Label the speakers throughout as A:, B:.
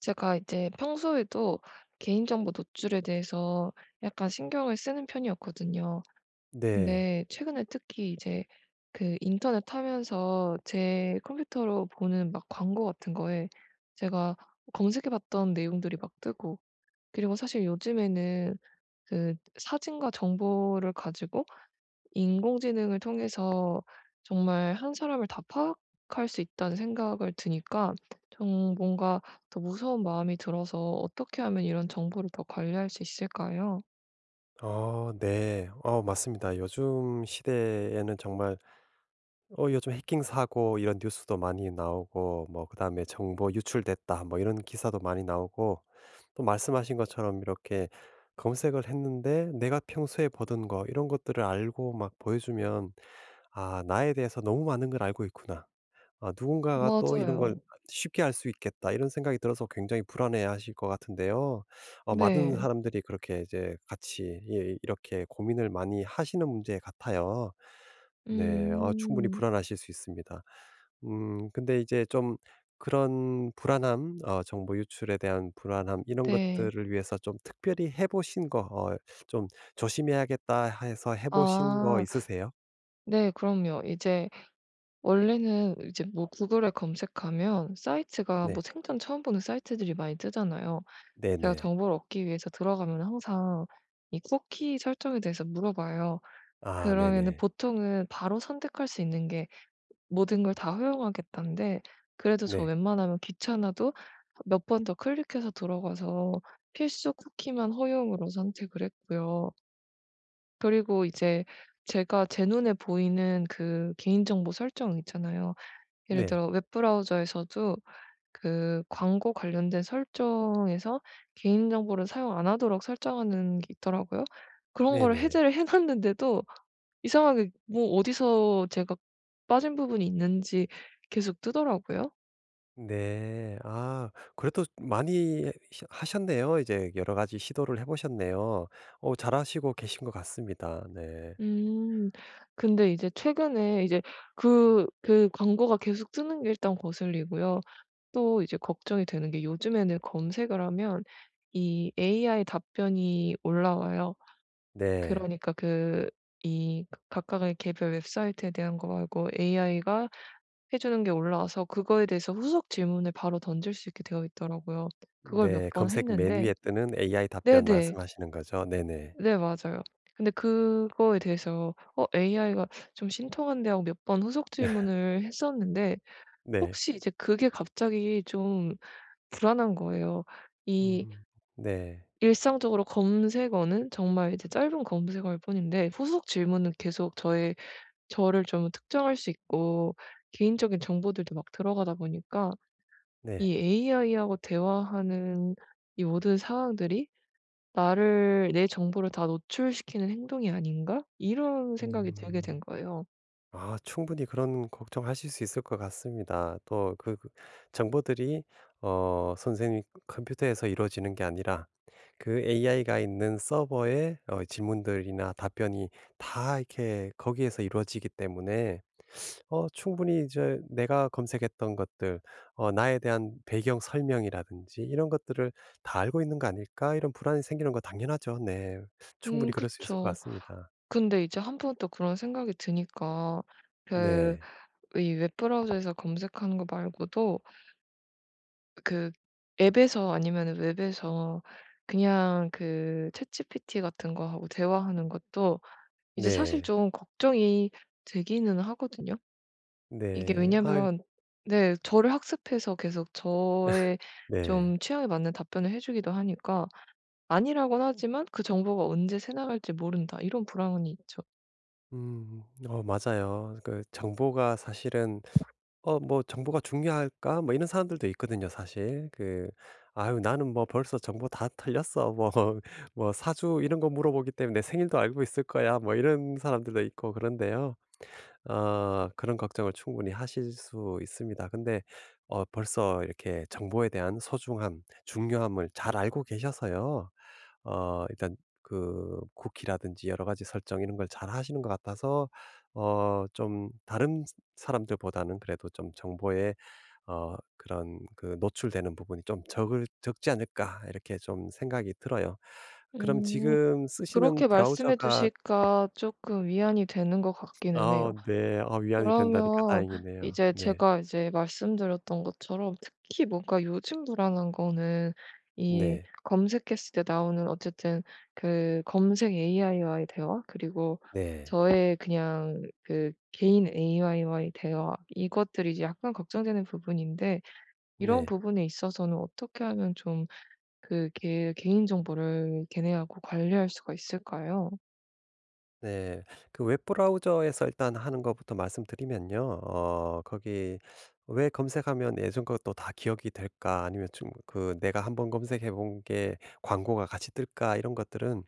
A: 제가 이제 평소에도 개인정보 노출에 대해서 약간 신경을 쓰는 편이었거든요.
B: 네.
A: 근데 최근에 특히 이제 그 인터넷 하면서 제 컴퓨터로 보는 막 광고 같은 거에 제가 검색해 봤던 내용들이 막 뜨고, 그리고 사실 요즘에는 그 사진과 정보를 가지고 인공지능을 통해서 정말 한 사람을 다 파악할 수 있다는 생각을 드니까, 좀 뭔가 더 무서운 마음이 들어서 어떻게 하면 이런 정보를 더 관리할 수 있을까요?
B: 네. 맞습니다. 요즘 시대에는 정말 요즘 해킹 사고 이런 뉴스도 많이 나오고 뭐 그다음에 정보 유출됐다 뭐 이런 기사도 많이 나오고 또 말씀하신 것처럼 이렇게 검색을 했는데 내가 평소에 보던 거 이런 것들을 알고 막 보여주면 '아 나에 대해서 너무 많은 걸 알고 있구나.' 아 누군가가 또 이런 걸
A: 맞아요.
B: '쉽게 알 수 있겠다.' 이런 생각이 들어서 굉장히 불안해하실 것 같은데요. 많은
A: 네.
B: 사람들이 그렇게 이제 같이 이렇게 고민을 많이 하시는 문제 같아요. 네. 충분히
A: 음.
B: 불안하실 수 있습니다. 근데 이제 좀 그런 불안함, 정보 유출에 대한 불안함, 이런
A: 네.
B: 것들을 위해서 좀 특별히 해 보신 거, 좀 '조심해야겠다.' 해서 해 보신 거
A: 아.
B: 있으세요?
A: 네, 그럼요. 이제 원래는 이제 뭐 구글에 검색하면 사이트가 뭐
B: 네.
A: 생전 처음 보는 사이트들이 많이 뜨잖아요. 제가
B: 네네.
A: 정보를 얻기 위해서 들어가면 항상 이 쿠키 설정에 대해서 물어봐요.
B: 아
A: 그러면은
B: 네네.
A: 보통은 바로 선택할 수 있는 게 모든 걸 다 허용하겠다인데, 그래도 저
B: 네.
A: 웬만하면 귀찮아도 몇 번 더 클릭해서 들어가서 필수 쿠키만 허용으로 선택을 했고요. 그리고 이제 제가 제 눈에 보이는 그 개인정보 설정 있잖아요. 예를
B: 네.
A: 들어 웹브라우저에서도 그 광고 관련된 설정에서 개인정보를 사용 안 하도록 설정하는 게 있더라고요. 그런 거를
B: 네네.
A: 해제를 해 놨는데도 이상하게 뭐 어디서 제가 빠진 부분이 있는지 계속 뜨더라고요.
B: 네. 아 그래도 많이 시 하셨네요. 이제 여러 가지 시도를 해 보셨네요. 잘하시고 계신 것 같습니다. 네.
A: 음. 근데 이제 최근에 이제 그 광고가 계속 뜨는 게 일단 거슬리고요. 또 이제 걱정이 되는 게, 요즘에는 검색을 하면 이 AI 답변이 올라와요.
B: 네.
A: 그러니까 그 이 각각의 개별 웹사이트에 대한 거 말고 AI가 해 주는 게 올라와서 그거에 대해서 후속 질문을 바로 던질 수 있게 되어 있더라고요. 그걸 몇
B: 네.
A: 번
B: 검색 맨
A: 했는데,
B: 위에 뜨는 AI 답변
A: 네네.
B: 말씀하시는 거죠? 네네.
A: 네, 맞아요. 근데 그거에 대해서 "어 AI가 좀 신통한데." 하고 몇 번 후속 질문을 했었는데,
B: 네.
A: 혹시 이제 그게 갑자기 좀 불안한 거예요. 이
B: 음. 네.
A: 일상적으로 검색어는 정말 이제 짧은 검색어일 뿐인데, 후속 질문은 계속 저의 저를 좀 특정할 수 있고 개인적인 정보들도 막 들어가다 보니까
B: 네.
A: 이 AI하고 대화하는 이 모든 상황들이 '나를, 내 정보를 다 노출시키는 행동이 아닌가?' 이런 생각이 들게
B: 음.
A: 된 거예요.
B: 아 충분히 그런 걱정하실 수 있을 것 같습니다. 또 정보들이 선생님 컴퓨터에서 이루어지는 게 아니라 그 AI가 있는 서버에 질문들이나 답변이 다 이렇게 거기에서 이루어지기 때문에, 충분히 이제 내가 검색했던 것들, '나에 대한 배경 설명이라든지 이런 것들을 다 알고 있는 거 아닐까?' 이런 불안이 생기는 거 당연하죠. 네.
A: 음,
B: 충분히 그럴 수 있을 것
A: 그쵸.
B: 같습니다.
A: 근데 이제 한 번 또 그런 생각이 드니까 그
B: 네.
A: 이 웹 브라우저에서 검색하는 거 말고도 그 앱에서 아니면 웹에서 그냥 그 챗GPT 같은 거하고 대화하는 것도 이제 사실
B: 네.
A: 좀 걱정이 되기는 하거든요. 이게
B: 네. 아유
A: 왜냐면, 네, 저를 학습해서 계속 저의
B: 네.
A: 좀 취향에 맞는 답변을 해 주기도 하니까, 아니라고는 하지만 '그 정보가 언제 새나갈지 모른다.' 이런 불안이 있죠.
B: 음. 맞아요. 그 정보가 사실은 '어 뭐 정보가 중요할까?' 뭐 이런 사람들도 있거든요 사실. 그 '아유 나는 뭐 벌써 정보 다 털렸어. 뭐 뭐 사주 이런 거 물어보기 때문에 생일도 알고 있을 거야.' 뭐 이런 사람들도 있고 그런데요. 그런 걱정을 충분히 하실 수 있습니다. 근데 벌써 이렇게 정보에 대한 소중함, 중요함을 잘 알고 계셔서요. 일단 그 쿠키라든지 여러 가지 설정 이런 걸 잘하시는 것 같아서 좀 다른 스 사람들보다는 그래도 좀 정보에 그런 그 노출되는 부분이 좀 적을 적지 않을까 이렇게 좀 생각이 들어요. 그럼
A: 음.
B: 지금 쓰시는
A: 그렇게 말씀해 주
B: 브라우저가
A: 실까 조금 위안이 되는 것 같기는
B: 아
A: 해요.
B: 네. 아 위안이 된다니까
A: 그러면
B: 다행이네요.
A: 이제
B: 네.
A: 제가 이제 말씀드렸던 것처럼 특히 뭔가 요즘 불안한 거는, 이
B: 네.
A: 검색했을 때 나오는 어쨌든 그 검색 AI와의 대화, 그리고
B: 네.
A: 저의 그냥 그 개인 AI와의 대화, 이것들이 이제 약간 걱정되는 부분인데, 이런
B: 네.
A: 부분에 있어서는 어떻게 하면 좀 그 개 개인 정보를 걔네하고 관리할 수가 있을까요?
B: 네. 그 웹 브라우저에서 일단 하는 것부터 말씀드리면요. 거기 왜 검색하면 예전 것도 다 기억이 될까? 아니면 좀 그 내가 한번 검색해 본 게 광고가 같이 뜰까? 이런 것들은,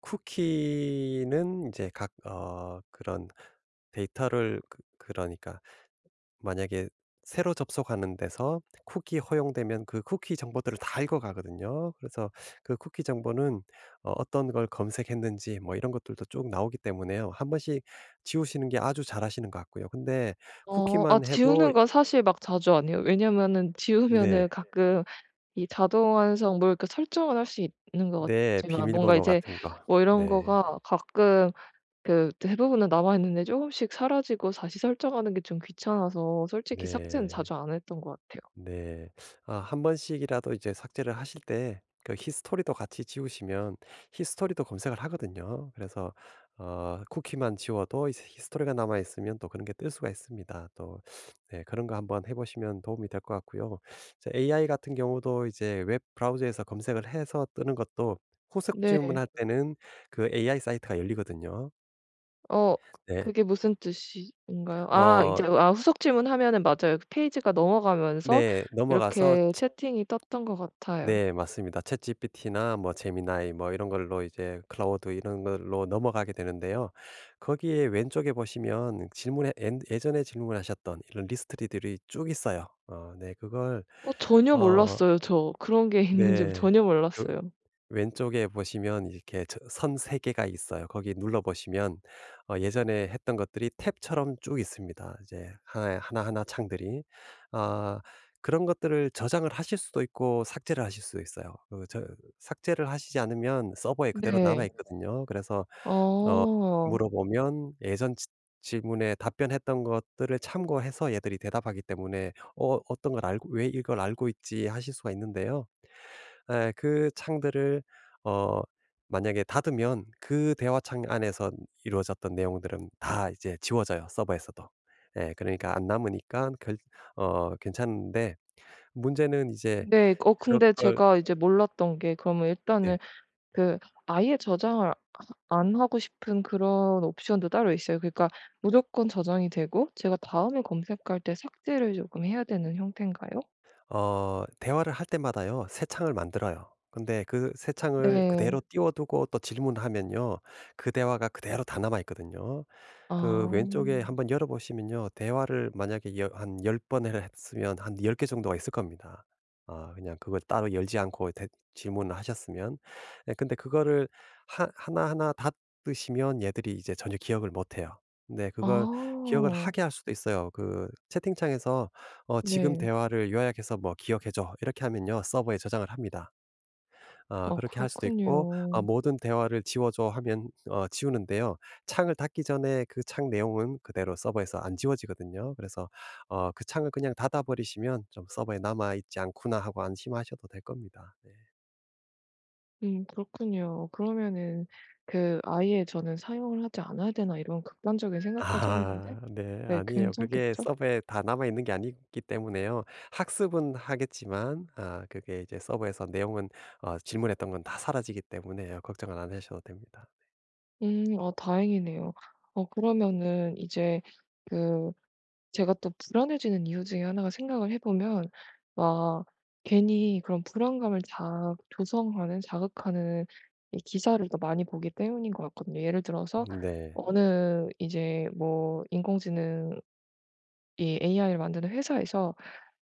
B: 쿠키는 이제 각 그런 데이터를, 그러니까 만약에 새로 접속하는 데서 쿠키 허용되면 그 쿠키 정보들을 다 읽어가거든요. 그래서 그 쿠키 정보는, 어떤 걸 검색했는지 뭐 이런 것들도 쭉 나오기 때문에요. 한 번씩 지우시는 게 아주 잘하시는 것 같고요. 근데 쿠키만 해도
A: 지우는 건 사실 막 자주 안 해요. 왜냐면은
B: 네,
A: 지우면은 가끔 이 자동 완성 뭐 이렇게 설정은 할 수 있는 것
B: 네
A: 같지만, 뭔가
B: 비밀번호
A: 이제
B: 같은 거,
A: 뭐 이런
B: 네,
A: 거가 가끔 그 대부분은 남아 있는데 조금씩 사라지고 다시 설정하는 게 좀 귀찮아서 솔직히 삭제는
B: 네.
A: 자주 안 했던 것 같아요.
B: 네. 아 한 번씩이라도 이제 삭제를 하실 때 그 히스토리도 같이 지우시면, 히스토리도 검색을 하거든요. 그래서 쿠키만 지워도 이제 히스토리가 남아 있으면 또 그런 게 뜰 수가 있습니다. 또 네 그런 거 한번 해 보시면 도움이 될 것 같고요. 이제 AI 같은 경우도 이제 웹 브라우저에서 검색을 해서 뜨는 것도 후속
A: 네.
B: 질문할 때는 그 AI 사이트가 열리거든요.
A: 어
B: 네.
A: 그게 무슨 뜻인가요? 아,
B: 어
A: 이제 후속 질문하면은, 맞아요. 그 페이지가 넘어가면서
B: 네. 넘어가서
A: 이렇게 채팅이 떴던 것 같아요.
B: 네 맞습니다. 챗GPT나 뭐 제미나이 뭐 이런 걸로 이제 클라우드 이런 걸로 넘어가게 되는데요. 거기에 왼쪽에 보시면 질문에, 엔 예전에 질문하셨던 이런 리스트들이 쭉 있어요. 네 그걸,
A: 전혀
B: 어
A: 몰랐어요 저. 그런 게 있는지
B: 네.
A: 전혀
B: 그
A: 몰랐어요.
B: 왼쪽에 보시면 이렇게 선 3개가 있어요. 거기 눌러 보시면 예전에 했던 것들이 탭처럼 쭉 있습니다. 이제 하나하나 창들이. 아, 그런 것들을 저장을 하실 수도 있고 삭제를 하실 수도 있어요. 삭제를 하시지 않으면 서버에 그대로 남아
A: 네.
B: 있거든요. 그래서 어,
A: 어.
B: 물어보면 예전 질문에 답변했던 것들을 참고해서 얘들이 대답하기 때문에 어떤 걸 알고 왜 이걸 알고 있지 하실 수가 있는데요. 예. 그 창들을 어 만약에 닫으면 그 대화창 안에서 이루어졌던 내용들은 다 이제 지워져요, 서버에서도. 예. 그러니까 안 남으니까 결 괜찮은데, 문제는 이제
A: 네.
B: 그럴
A: 근데
B: 걸
A: 제가 이제 몰랐던 게, 그러면 일단은
B: 네.
A: 그 아예 저장을 안 하고 싶은 그런 옵션도 따로 있어요? 그러니까 무조건 저장이 되고 제가 다음에 검색할 때 삭제를 조금 해야 되는 형태인가요?
B: 대화를 할 때마다요. 새 창을 만들어요. 근데 그 새 창을 그대로
A: 네.
B: 띄워두고 또 질문하면요. 그 대화가 그대로 다 남아 있거든요. 그
A: 아.
B: 왼쪽에 한번 열어보시면요. 대화를 만약에 여 한 10 번을 했으면 한 10개 정도가 있을 겁니다. 아 그냥 그걸 따로 열지 않고 대 질문을 하셨으면. 예 근데 그거를 하 하나하나 다 뜨시면 얘들이 이제 전혀 기억을 못 해요. 근데 그걸 기억을
A: 아.
B: 하게 할 수도 있어요. 그 채팅창에서 "지금
A: 네.
B: 대화를 요약해서 뭐 기억해 줘." 이렇게 하면요. 서버에 저장을 합니다. 아
A: 아,
B: 그렇게 할 수도 있고 아
A: 그렇군요.
B: "모든 대화를 지워 줘." 하면 지우는데요. 창을 닫기 전에 그 창 내용은 그대로 서버에서 안 지워지거든요. 그래서 그 창을 그냥 닫아 버리시면 좀 '서버에 남아 있지 않구나.' 하고 안심하셔도 될 겁니다. 네.
A: 음, 그렇군요. 그러면은 그 아예 저는 '사용을 하지 않아야 되나.' 이런 극단적인 생각까지 했는데,
B: 아 네.
A: 네,
B: 아니에요. 그게
A: 괜찮겠죠?
B: 서버에 다 남아 있는 게 아니기 때문에요. 학습은 하겠지만 아 그게 이제 서버에서 내용은, 질문했던 건 다 사라지기 때문에요. 걱정을 안 하셔도 됩니다.
A: 음. 아, 다행이네요. 그러면은 이제 그 제가 또 불안해지는 이유 중에 하나가 생각을 해 보면, 막 괜히 그런 불안감을 자 조성하는 자극하는 이 기사를 더 많이 보기 때문인 것 같거든요. 예를 들어서
B: 네.
A: 어느 이제 뭐 인공지능, 이 AI를 만드는 회사에서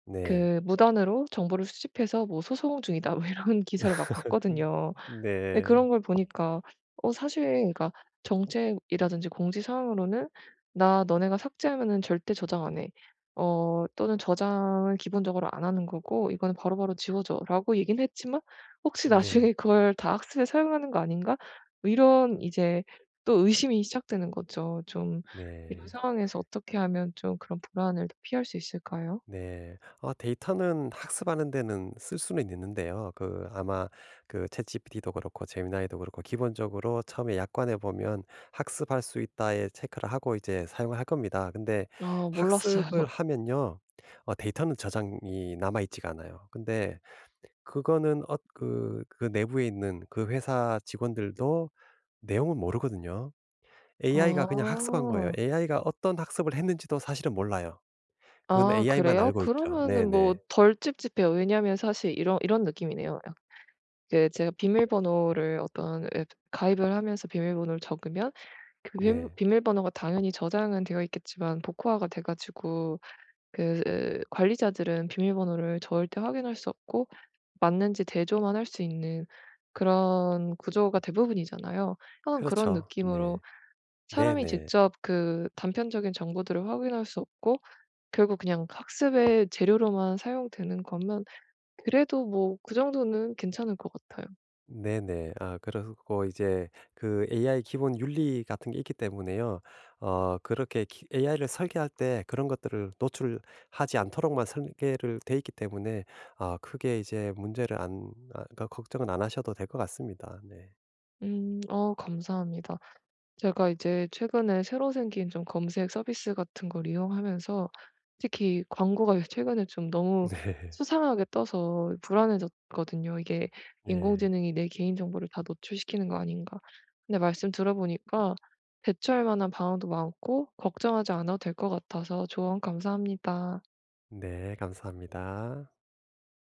B: 네.
A: 그 "무단으로 정보를 수집해서 뭐 소송 중이다." 뭐 이런 기사를 막 봤거든요. 근데
B: 네.
A: 그런 걸 보니까, 어 사실 그러니까 정책이라든지 공지 사항으로는 "나, 너네가 삭제하면은 절대 저장 안 해." 어 또는 "저장을 기본적으로 안 하는 거고 이거는 바로바로 지워져."라고 얘기는 했지만, '혹시
B: 네.
A: 나중에 그걸 다 학습에 사용하는 거 아닌가?' 뭐 이런 이제 또 의심이 시작되는 거죠. 좀, 이런
B: 네.
A: 상황에서 어떻게 하면 좀 그런 불안을 피할 수 있을까요?
B: 네. 데이터는 학습하는 데는 쓸 수는 있는데요. 그 아마 그 챗GPT도 그렇고 제미나이도 그렇고 기본적으로 처음에 약관에 보면 "학습할 수 있다."에 체크를 하고 이제 사용을 할 겁니다. 근데
A: 아,
B: 학습을
A: 몰랐어요.
B: 하면요. 데이터는 저장이 남아 있지가 않아요. 근데 그거는 내부에 있는 그 회사 직원들도 내용은 모르거든요. AI가 그냥 학습한 거예요.
A: 아.
B: AI가 어떤 학습을 했는지도 사실은 몰라요. 그건
A: 아,
B: AI만
A: 그래요?
B: 알고 있죠.
A: 그러면은 뭐
B: 네네.
A: 덜 찝찝해요. 왜냐하면 사실 이런 느낌이네요. 약 그 제가 비밀번호를 어떤 앱 가입을 하면서 비밀번호를 적으면, 그 비밀
B: 네.
A: 비밀번호가 당연히 저장은 되어 있겠지만 복호화가 돼 가지고, 그 관리자들은 비밀번호를 절대 확인할 수 없고 맞는지 대조만 할 수 있는 그런 구조가 대부분이잖아요. 약간 그런
B: 그렇죠.
A: 느낌으로
B: 네.
A: 사람이
B: 네네.
A: 직접 그 단편적인 정보들을 확인할 수 없고 결국 그냥 학습의 재료로만 사용되는 거면, 그래도 뭐 그 정도는 괜찮을 것 같아요.
B: 네네. 아 그리고 이제 그 AI 기본 윤리 같은 게 있기 때문에요. 그렇게 AI를 설계할 때 그런 것들을 노출하지 않도록만 설계를 돼 있기 때문에 아 크게 이제 문제를 안, 그러니까 걱정은 안 하셔도 될 것 같습니다. 네.
A: 음. 감사합니다. 제가 이제 최근에 새로 생긴 좀 검색 서비스 같은 걸 이용하면서 특히 광고가 최근에 좀 너무
B: 네.
A: 수상하게 떠서 불안해졌거든요. '이게
B: 네.
A: 인공지능이 내 개인 정보를 다 노출시키는 거 아닌가.' 근데 말씀 들어보니까 대처할 만한 방안도 많고 걱정하지 않아도 될 것 같아서, 조언 감사합니다.
B: 네. 감사합니다.